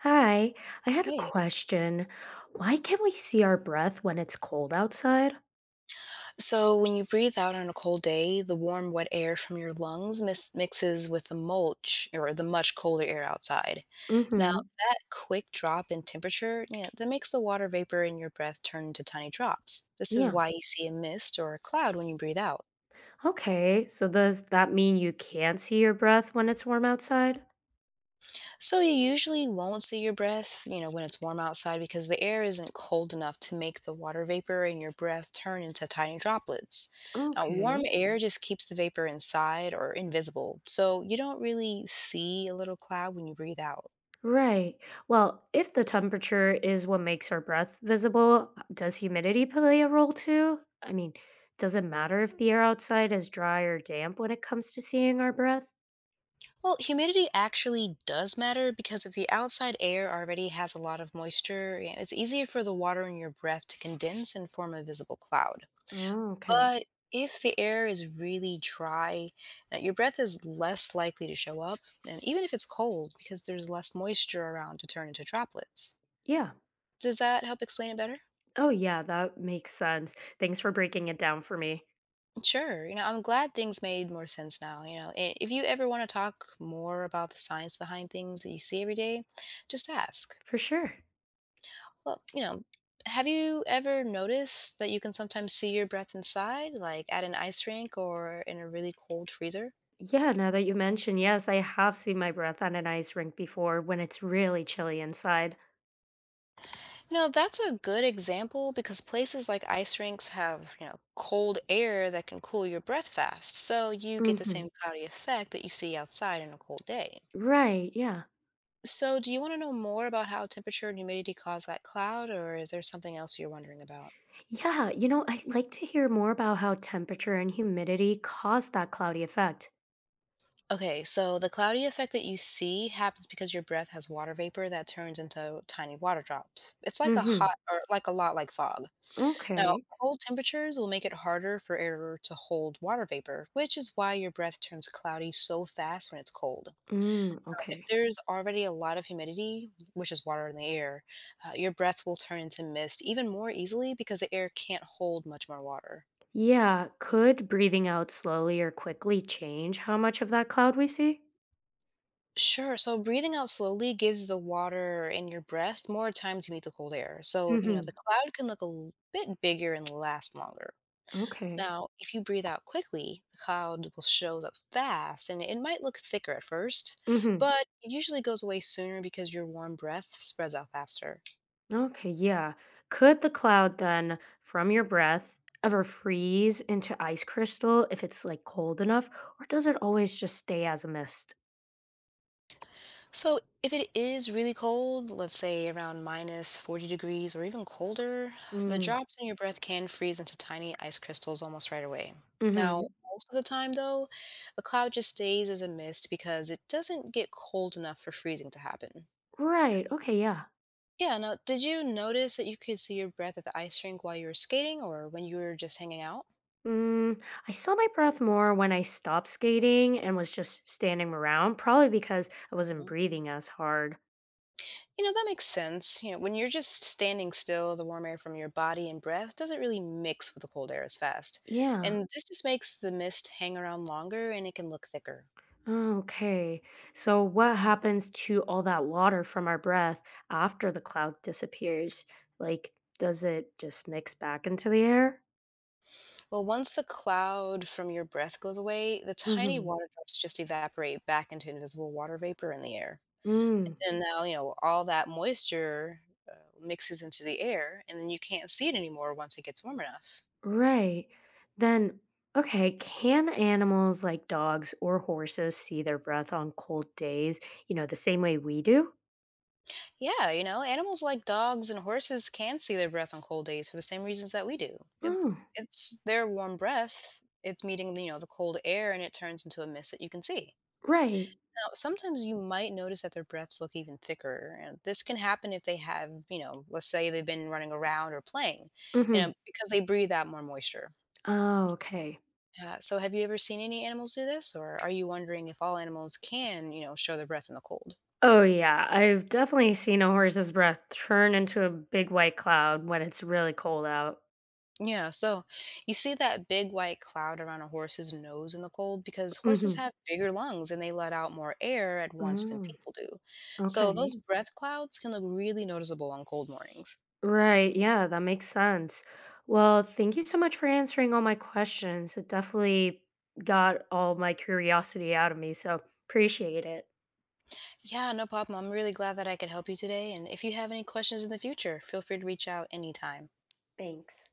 Hi, I had a Hey. question. Why can't we see our breath when it's cold outside? So when you breathe out on a cold day, the warm, wet air from your lungs mixes with the mulch or the much colder air outside. Now, Mm-hmm. that quick drop in temperature, yeah, that makes the water vapor in your breath turn into tiny drops. This is Yeah. why you see a mist or a cloud when you breathe out. Okay, so does that mean you can't see your breath when it's warm outside? So you usually won't see your breath, you know, when it's warm outside because the air isn't cold enough to make the water vapor in your breath turn into tiny droplets. Now, warm Okay. air just keeps the vapor inside or invisible, so you don't really see a little cloud when you breathe out. Right. Well, if the temperature is what makes our breath visible, does humidity play a role too? Does it matter if the air outside is dry or damp when it comes to seeing our breath? Well, humidity actually does matter because if the outside air already has a lot of moisture, yeah, it's easier for the water in your breath to condense and form a visible cloud. Oh, okay. But if the air is really dry, your breath is less likely to show up, and even if it's cold, because there's less moisture around to turn into droplets. Yeah. Does that help explain it better? Oh, yeah, that makes sense. Thanks for breaking it down for me. Sure. You know, I'm glad things made more sense now. If you ever want to talk more about the science behind things that you see every day, just ask. For sure. Well, you know, have you ever noticed that you can sometimes see your breath inside, like at an ice rink or in a really cold freezer? Yeah, now that you mention, yes, I have seen my breath on an ice rink before when it's really chilly inside. No, that's a good example because places like ice rinks have, you know, cold air that can cool your breath fast, so you get the Hmm. same cloudy effect that you see outside in a cold day. Right, yeah. So, do you want to know more about how temperature and humidity cause that cloud, or is there something else you're wondering about? Yeah, I'd like to hear more about how temperature and humidity cause that cloudy effect. Okay, so the cloudy effect that you see happens because your breath has water vapor that turns into tiny water drops. It's like a hot Mm-hmm. or like a lot like fog. Now, Okay. cold temperatures will make it harder for air to hold water vapor, which is why your breath turns cloudy so fast when it's cold. Now, Mm, if okay. there's already a lot of humidity, which is water in the air, your breath will turn into mist even more easily because the air can't hold much more water. Yeah, could breathing out slowly or quickly change how much of that cloud we see? Sure, so breathing out slowly gives the water in your breath more time to meet the cold air. So, you know, the Mm-hmm. cloud can look bit bigger and last longer. Okay. Now, if you breathe out quickly, the cloud will show up fast and it might look thicker at first, Mm-hmm. but it usually goes away sooner because your warm breath spreads out faster. Okay, yeah. Could the cloud then from your breath ever freeze into ice crystal if it's like cold enough, or does it always just stay as a mist? So, if it is really cold, let's say around minus 40 degrees or even colder, the Mm, drops in your breath can freeze into tiny ice crystals almost right away. mm-hmm. Now, most of the time, though, the cloud just stays as a mist because it doesn't get cold enough for freezing to happen. Right. Okay, yeah. Yeah, now, did you notice that you could see your breath at the ice rink while you were skating or when you were just hanging out? Mm, I saw my breath more when I stopped skating and was just standing around, probably because I wasn't Mhm. breathing as hard. You know, that makes sense. You know, when you're just standing still, the warm air from your body and breath doesn't really mix with the cold air as fast. Yeah. And this just makes the mist hang around longer and it can look thicker. Oh, okay. So, what happens to all that water from our breath after the cloud disappears? Like, does it just mix back into the air? Well, once the cloud from your breath goes away, the tiny Mm-hmm. water drops just evaporate back into invisible water vapor in the air. Mm, And now, you know, all that moisture uh, mixes into the air, and then you can't see it anymore once it gets warm enough. right. Then, okay, can animals like dogs or horses see their breath on cold days, the same way we do? Yeah, you know, animals like dogs and horses can see their breath on cold days for the same reasons that we do. Oh, It's their warm breath, it's meeting, you know, the cold air and it turns into a mist that you can see. right. Now, sometimes you might notice that their breaths look even thicker, and this can happen if they have, you know, let's say they've been running around or playing, you Mm-hmm. know, because they breathe out more moisture. Oh, okay. So, have you ever seen any animals do this, or are you wondering if all animals can, you know, show their breath in the cold? Oh, yeah. I've definitely seen a horse's breath turn into a big white cloud when it's really cold out. Yeah, so you see that big white cloud around a horse's nose in the cold because horses Mhm. have bigger lungs and they let out more air at once than Mm, people do. So okay. those breath clouds can look really noticeable on cold mornings. Right. Yeah, that makes sense. Well, thank you so much for answering all my questions. It definitely got all my curiosity out of me. So appreciate it. Yeah, no problem. I'm really glad that I could help you today. And if you have any questions in the future, feel free to reach out anytime. Thanks.